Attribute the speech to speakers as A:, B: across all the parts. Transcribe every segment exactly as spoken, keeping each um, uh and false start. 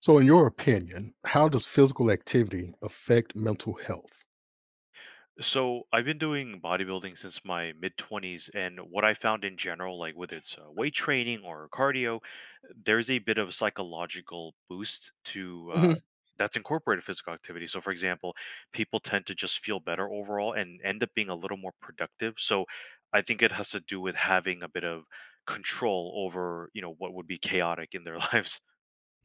A: So, in your opinion, how does physical activity affect mental health?
B: So I've been doing bodybuilding since my mid twenties, and what I found in general, like whether it's uh, weight training or cardio, there's a bit of psychological boost to uh,
A: Mhm.
B: that's incorporated physical activity. So, for example, people tend to just feel better overall and end up being a little more productive. So, I think it has to do with having a bit of control over you know what would be chaotic in their lives.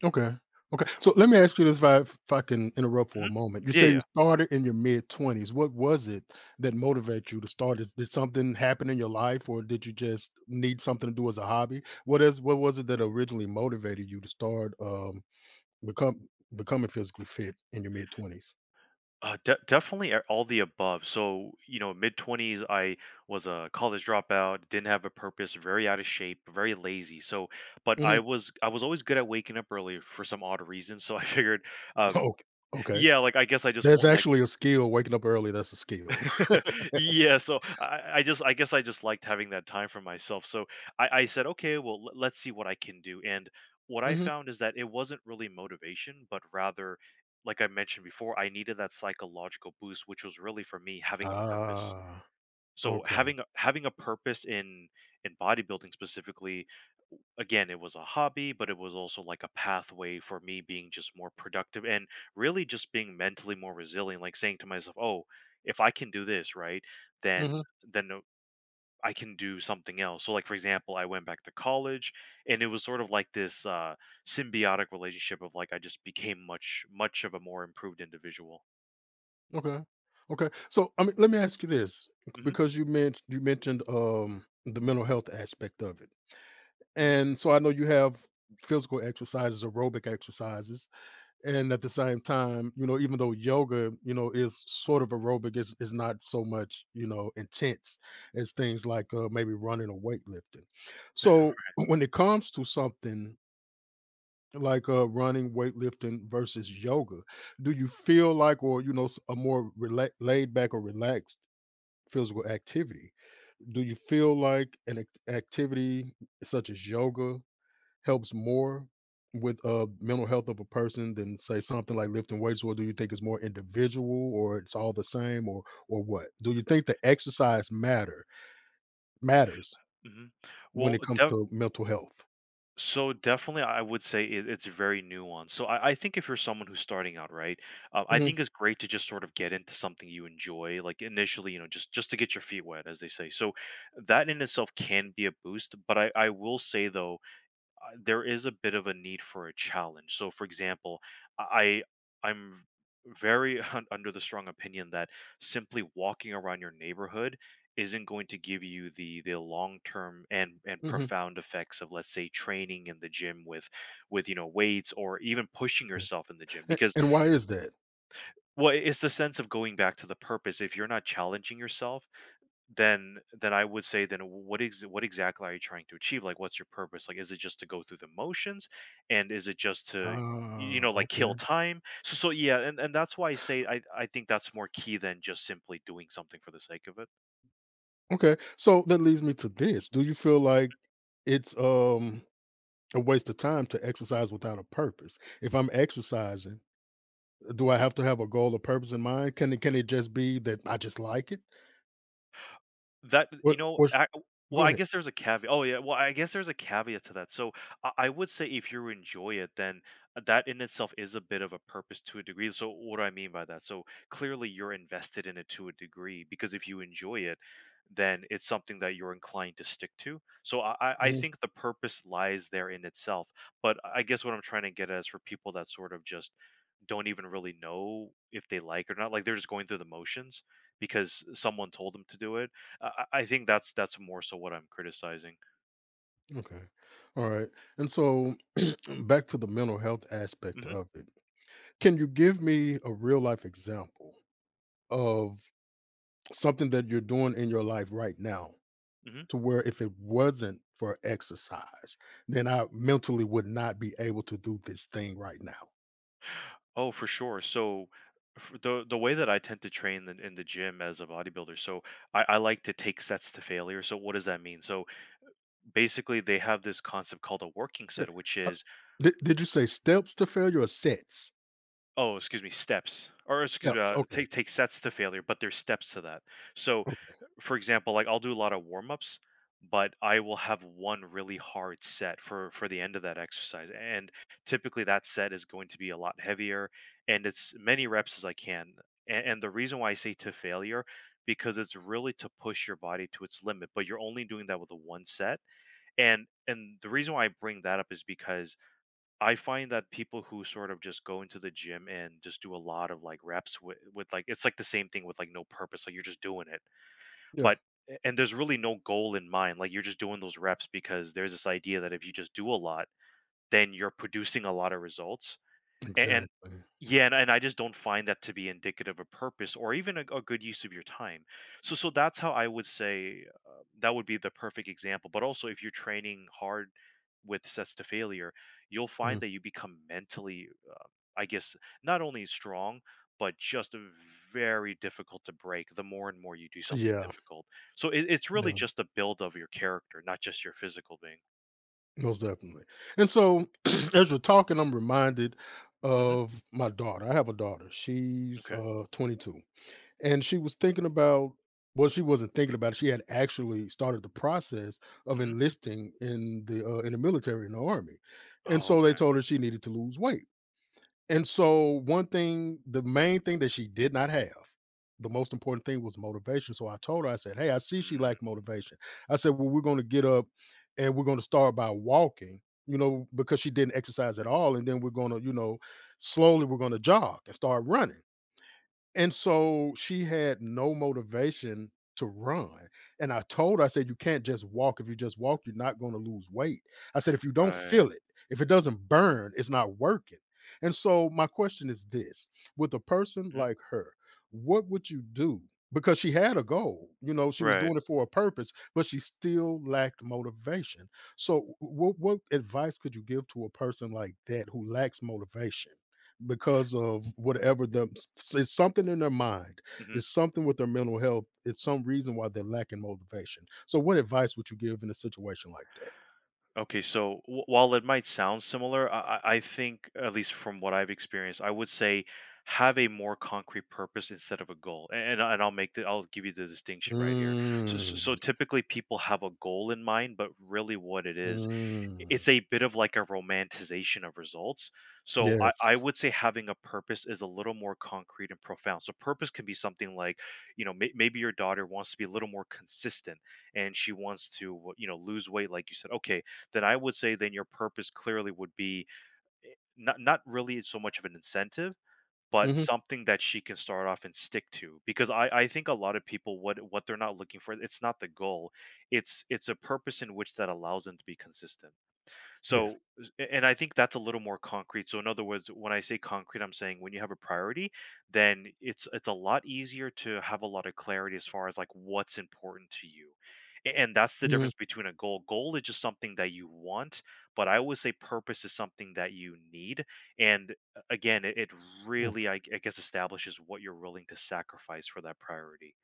A: Okay. Okay. So let me ask you this if I, if I can interrupt for a
B: Mhm.
A: moment. You
B: Yeah,
A: say you
B: yeah.
A: started in your mid twenties. What was it that motivated you to start? Is, did something happen in your life, or did you just need something to do as a hobby? What is what was it that originally motivated you to start um become becoming physically fit in your mid twenties?
B: Uh, de- definitely a- all the above. So, you know, mid twenties, I was a college dropout, didn't have a purpose, very out of shape, very lazy. So, but I
A: Mhm.
B: was I was always good at waking up early for some odd reason. So I figured, um,
A: Okay. Okay.
B: yeah, like I guess I just
A: That's
B: want like
A: actually a skill. Waking up early, that's a skill.
B: yeah, so I, I just I guess I just liked having that time for myself. So I, I said, okay, well let- let's see what I can do. And what I
A: Mhm.
B: found is that it wasn't really motivation, but rather, like I mentioned before, I needed that psychological boost, which was really for me having a purpose.
A: Ah.
B: So
A: Okay.
B: having a having a purpose in in bodybuilding specifically, w- again, it was a hobby, but it was also like a pathway for me being just more productive and really just being mentally more resilient, like saying to myself, "Oh, if I can do this, right,
A: Mhm.
B: then then uh, I can do something else." So like for example, I went back to college and it was sort of like this uh symbiotic relationship of like I just became much much of a more improved individual.
A: Okay. Okay. So, I mean, let me ask you this
B: Mhm.
A: because you mentioned you mentioned um the mental health aspect of it.
B: Mhm.
A: And so I know you have physical exercises, aerobic exercises, and at the same time, you know, even though yoga, you know, is sort of aerobic, is is not so much, you know, intense as things like uh, maybe running or weightlifting. So, when it comes to something like uh running, weightlifting versus yoga, do you feel like, or you know, s- a more rela- laid back or relaxed physical activity, do you feel like an act- activity such as yoga helps more with uh mental health of a person than say something like lifting weights? Or do you think it's more individual, or it's all the same? or or what do you think, the exercise matter matters
B: Mhm.
A: when
B: Well,
A: it comes to mental health?
B: so definitely, I would say it, it's very nuanced. So I, I think if you're someone who's starting out, right, uh, I
A: Hmm.
B: think it's great to just sort of get into something you enjoy, like initially, you know, just just to get your feet wet, as they say. So that in itself can be a boost. But I, I will say though, uh, there is a bit of a need for a challenge. So, for example, I I'm v- very un- under the strong opinion that simply walking around your neighborhood isn't going to give you the the long term and and
A: Hmm.
B: profound effects of let's say training in the gym with with you know weights or even pushing yourself in the gym.
A: and,
B: Because
A: and why is that?
B: well, it's the sense of going back to the purpose. If you're not challenging yourself, then then I would say, then what is what exactly are you trying to achieve? Like what's your purpose? Like is it just to go through the motions and is it just to, you
A: Ah,
B: know, like kill
A: okay.
B: time? So so yeah, and, and that's why I say I, I think that's more key than just simply doing something for the sake of it.
A: Okay. So that leads me to this. Do you feel like it's um a waste of time to exercise without a purpose? If I'm exercising, do I have to have a goal or purpose in mind? Can it can it just be that I just like it?
B: That you
A: What
B: know,
A: or sh-
B: I Well,
A: Go
B: I
A: ahead.
B: guess there's a caveat oh, yeah, well, I guess there's a caveat to that, so, I I would say if you enjoy it, then that in itself is a bit of a purpose to a degree. So what do I mean by that? So, clearly you're invested in it to a degree, because if you enjoy it, then it's something that you're inclined to stick to. So I I I
A: Mhm.
B: think the purpose lies there in itself, but I guess what I'm trying to get at is for people that sort of just don't even really know if they like or not, like, they're just going through the motions because someone told them to do it. I, I think that's that's more so what I'm criticizing.
A: Okay. All right. And so back to the mental health aspect
B: Hmm.
A: of it. Can you give me a real life example of something that you're doing in your life right now
B: Hmm.
A: to where if it wasn't for exercise, then I mentally would not be able to do this thing right now.
B: Oh, for sure. So f the the way that I tend to train in, in the gym as a bodybuilder. So I, I like to take sets to failure. So what does that mean? So basically, they have this concept called a working
A: Yeah,
B: set, which
A: uh,
B: is,
A: did did you say steps to failure or sets?
B: oh, excuse me, steps, or excuse me,
A: Steps,
B: uh,
A: okay,
B: take take sets to failure, but there's steps to that. So
A: okay,
B: for example, like I'll do a lot of warm ups, but I will have one really hard set for for the end of that exercise, and typically that set is going to be a lot heavier and it's many reps as I can. And, and the reason why I say to failure, because it's really to push your body to its limit, but you're only doing that with a one set. And and the reason why I bring that up is because I find that people who sort of just go into the gym and just do a lot of like reps with, with, like, it's like the same thing with like no purpose, like you're just doing it,
A: yeah,
B: but and there's really no goal in mind, like, you're just doing those reps because there's this idea that if you just do a lot, then you're producing a lot of results. And,
A: exactly.
B: yeah, and, and I just don't find that to be indicative of purpose or even a, a good use of your time. So, so that's how I would say, uh, that would be the perfect example. But also, if you're training hard with sets to failure, you'll
A: Mm,
B: find that you become mentally, uh, I guess, not only strong but just very difficult to break. The more and more you do something
A: yeah,
B: difficult, so it, it's really
A: yeah,
B: just the build of your character, not just your physical being.
A: most definitely, and so as you're talking, I'm reminded
B: Hmm.
A: of my daughter. I have a daughter. She's,
B: Okay.
A: uh, twenty-two. And she was thinking about, well, she wasn't thinking about it. She had actually started the process of
B: Hmm.
A: enlisting in the uh, in the military, in the army, and
B: Oh,
A: so they
B: okay.
A: told her she needed to lose weight. And so one thing, the main thing that she did not have, the most important thing, was motivation. So I told her, I said, "Hey," I see she
B: Mm,
A: lacked motivation. I said, "Well, we're going to get up, and we're going to start by walking." You know, because she didn't exercise at all, and then we're gonna, you know, slowly we're gonna jog and start running, and so she had no motivation to run. And I told her, I said, "You can't just walk. If you just walk, you're not going to lose weight." I said, "If you don't
B: right.
A: feel it, if it doesn't burn, it's not working." And so my question is this: with a person
B: Mhm.
A: like her, what would you do? Because she had a goal, you know, she was
B: Right.
A: doing it for a purpose, but she still lacked motivation. So, what, what advice could you give to a person like that who lacks motivation? Because of whatever the, it's something in their mind,
B: Mhm.
A: it's something with their mental health, it's some reason why they're lacking motivation, so what advice would you give in a situation like that?
B: Okay, so w- while it might sound similar, I-, I I think, at least from what I've experienced, I would say have a more concrete purpose instead of a goal. And and, I- and I'll make the I'll give you the distinction right here. So, so so
A: Mm,
B: typically people have a goal in mind, but really what it is, i-
A: mm,
B: it's a bit of like a romanticization of results. So I, I
A: yes.
B: would say having a purpose is a little more concrete and profound. So purpose can be something like, you know, may- maybe your daughter wants to be a little more consistent and she wants to, you know, lose weight, like you said. Okay, then I would say then your purpose clearly would be not not really so much of an incentive, but
A: Hmm.
B: something that she can start off and stick to. Because I, I think a lot of people, what what they're not looking for, it's not the goal. It's it's a purpose in which that allows them to be consistent. So,
A: Yes.
B: and I think that's a little more concrete. So, in other words, when I say concrete, I'm saying when you have a priority, then it's it's a lot easier to have a lot of clarity as far as like what's important to you. A- And that's the
A: Mhm.
B: difference between a goal. Goal is just something that you want, but I always say purpose is something that you need. And uh, again, it, it really, I, g- I guess, establishes what you're willing to sacrifice for that priority.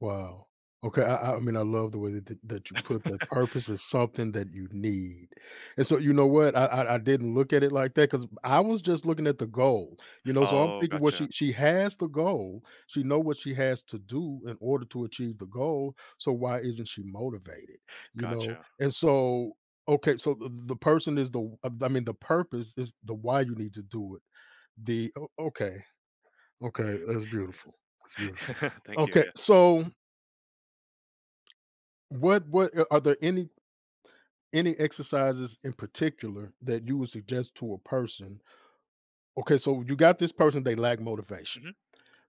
A: Wow. Okay, I I I mean, I love the way that that you put that, purpose is something that you need, and so you know what? I I I didn't look at it like that because I was just looking at the goal, you know, so I'm
B: Oh,
A: thinking, well,
B: gotcha,
A: she she has the goal. She know what she has to do in order to achieve the goal, so why isn't she motivated, you know?
B: gotcha.
A: And so, okay, so the the person is the uh, I mean, the purpose is the why you need to do it. The o Okay, okay, that's beautiful, that's beautiful.
B: Yeah. Thank you.
A: Okay,
B: Yeah.
A: so what what uh, are there any any exercises in particular that you would suggest to a person? Okay, so you got this person, they lack motivation.
B: Mhm.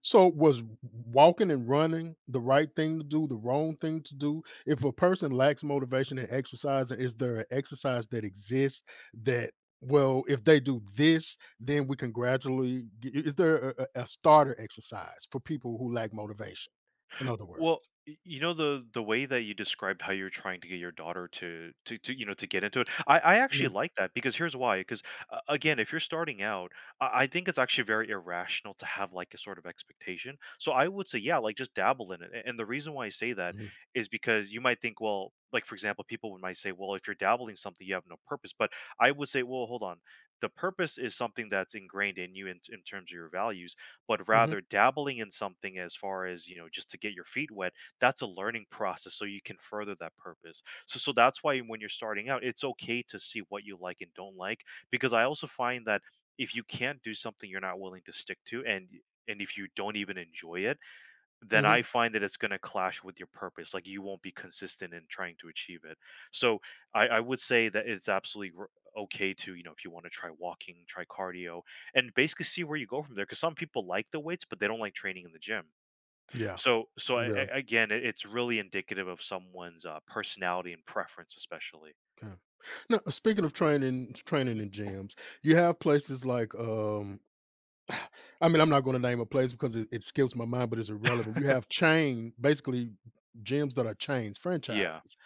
A: So was walking and running the right thing to do, the wrong thing to do? If a person lacks motivation in exercise, is there an exercise that exists that, well, if they do this, then we can gradually get, is there a, a a starter exercise for people who lack motivation? In other
B: Well,
A: words.
B: y- you know the the way that you described how you're trying to get your daughter to to, to, you know, to get into it. I I actually
A: Mhm,
B: like that because here's why. Because uh, again, if you're starting out, I, I think it's actually very irrational to have like a sort of expectation. So I would say, yeah, like just dabble in it. A- And the reason why I say that
A: mhm,
B: is because you might think, well, like for example, people would might say, well, if you're dabbling in something, you have no purpose. But I would say, well, hold on. The purpose is something that's ingrained in you in, in terms of your values, but
A: mhm,
B: rather dabbling in something as far as, you know, just to get your feet wet, that's a learning process, so you can further that purpose. So so that's why when you're starting out, it's okay to see what you like and don't like, because I also find that if you can't do something, you're not willing to stick to, and and if you don't even enjoy it, then
A: mhm.
B: I find that it's going to clash with your purpose. Like you won't be consistent in trying to achieve it. So I, I would say that it's absolutely r- okay to, you know, if you want to try walking, try cardio, and basically see where you go from there. Because some people like the weights, but they don't like training in the gym.
A: Yeah.
B: So, so I,
A: Yeah.
B: I- again, it, it's really indicative of someone's uh, personality and preference, especially.
A: Yeah. Now, speaking of training, training
B: Mhm.
A: in gyms, you have places like, um, I mean, I'm not going to name a place because it, it skips my mind, but it's irrelevant. You have chain, basically gyms that are chains,
B: Yeah.
A: franchises,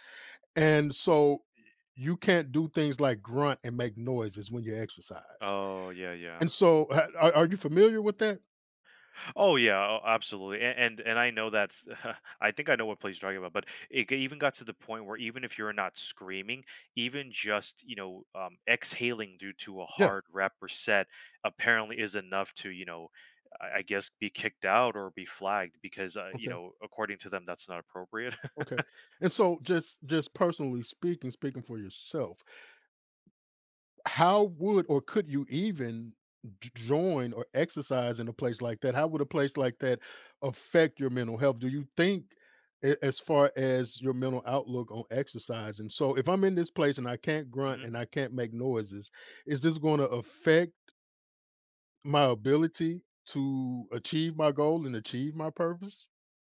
A: and so you can't do things like grunt and make noises when you exercise.
B: Oh, yeah, yeah.
A: And so, ha- are, are you familiar with that?
B: Oh yeah, oh, absolutely, and and, and I know that's. I think I know what place you're talking about, but it g- even got to the point where even if you're not screaming, even just you know um, exhaling due to a
A: Yeah.
B: hard rep or set, apparently is enough to you know, I, I guess be kicked out or be flagged because uh, you
A: Okay.
B: know, according to them, that's not appropriate.
A: Okay. And so, just just personally speaking, speaking for yourself, how would or could you even j join or exercise in a place like that? How would a place like that affect your mental health? Do you think, a as far as your mental outlook on exercise? And so if I'm in this place and I can't grunt
B: Mhm.
A: and I can't make noises, is this gonna affect my ability to achieve my goal and achieve my purpose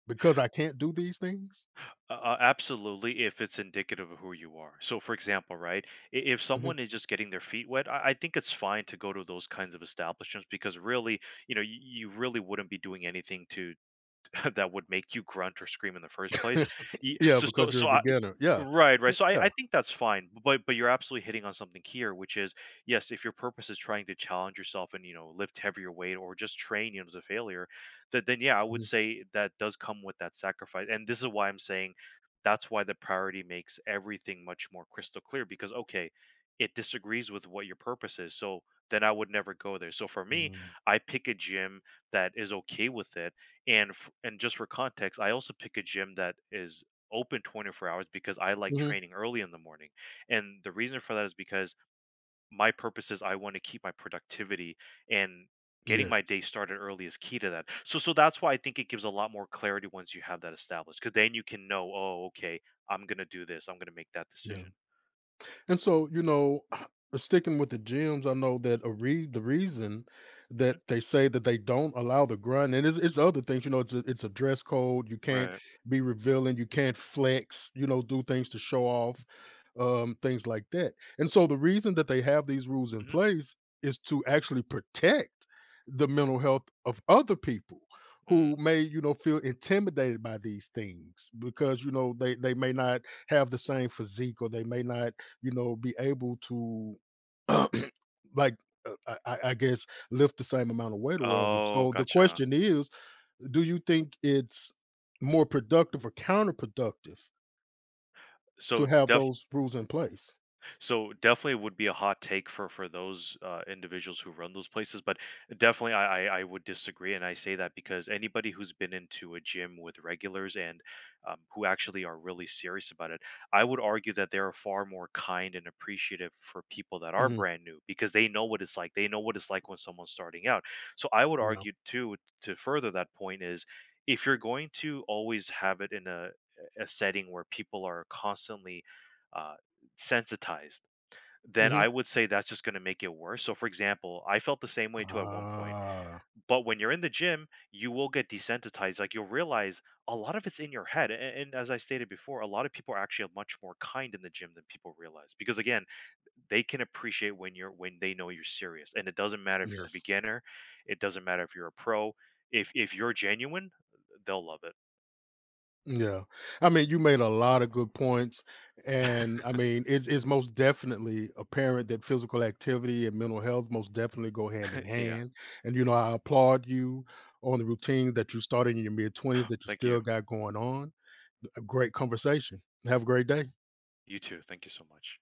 A: because I can't do these things?
B: Uh, uh, absolutely, if it's indicative of who you are. So, for example, right, i- if someone
A: Mhm.
B: is just getting their feet wet, I, I think it's fine to go to those kinds of establishments because really, you know, you, you really wouldn't be doing anything to that would make you grunt or scream in the first place. Ye
A: Yeah,
B: so so
A: because you're
B: so
A: a
B: I
A: beginner. Yeah.
B: Right, right,
A: Mm,
B: so I
A: yeah.
B: I think that's fine, but but you're absolutely hitting on something here, which is, yes, if your purpose is trying to challenge yourself and, you know, lift heavier weight or just train, you know, to failure, that then, yeah, I would
A: Mhm.
B: say that does come with that sacrifice, and this is why I'm saying that's why the priority makes everything much more crystal clear because, okay, it disagrees with what your purpose is, so then I would never go there, so for me,
A: Mhm.
B: I pick a gym that is okay with it and f and just for context, I also pick a gym that is open twenty-four hours because I like
A: Mhm.
B: training early in the morning, and the reason for that is because my purpose is I wanna keep my productivity, and getting my
A: Yes.
B: day started early is key to that. So so that's why I think it gives a lot more clarity once you have that established, because then you can know, "Oh, okay, I'm gonna do this, I'm gonna make that
A: Yeah.
B: decision."
A: And so, you know, sticking with the gyms, I know that a re- the reason
B: Mhm.
A: that they say that they don't allow the grind and it's, it's other things, you know, it's a, it's a dress code. You can't
B: Right.
A: be revealing, you can't flex, you know, do things to show off, um, things like that. And so, the reason that they have these rules in
B: Mhm.
A: place is to actually protect the mental health of other people
B: Mm.
A: who may, you know, feel intimidated by these things, because you know they they may not have the same physique, or they may not, you know, be able to like, uh, I I I guess, lift the same amount of weight or whatever.
B: Oh,
A: So the
B: gotcha.
A: question is, do you think it's more productive or counterproductive to
B: So
A: have
B: def
A: those rules in place?
B: So definitely would be a hot take for for those uh, individuals who run those places, but definitely I, I I would disagree, and I say that because anybody who's been into a gym with regulars and um, who actually are really serious about it, I would argue that they are far more kind and appreciative for people that are
A: Mhm.
B: brand new because they know what it's like. They know what it's like when someone's starting out. So I would
A: Yeah.
B: argue too to further that point is, if you're going to always have it in a a setting where people are constantly uh, sensitized, then
A: Mhm.
B: I would say that's just going to make it worse. So, for example, I felt the same way too at one point.
A: Ah,
B: But when you're in the gym, you will get desensitized. Like, you'll realize a lot of it's in your head. a- And, as I stated before, a lot of people are actually much more kind in the gym than people realize because, again, they can appreciate when you're when they know you're serious. And it doesn't matter if you're a
A: yes.
B: beginner, it doesn't matter if you're a pro. If if you're genuine, they'll love it.
A: Yeah. I mean, you made a lot of good points. And I mean, it's it's most definitely apparent that physical activity and mental health most definitely go hand in
B: Yeah.
A: hand. And you know, I applaud you on the routine that you started in your mid twenties that you
B: Thank you.
A: still got going on. A great conversation. Have a great day.
B: You too. Thank you so much.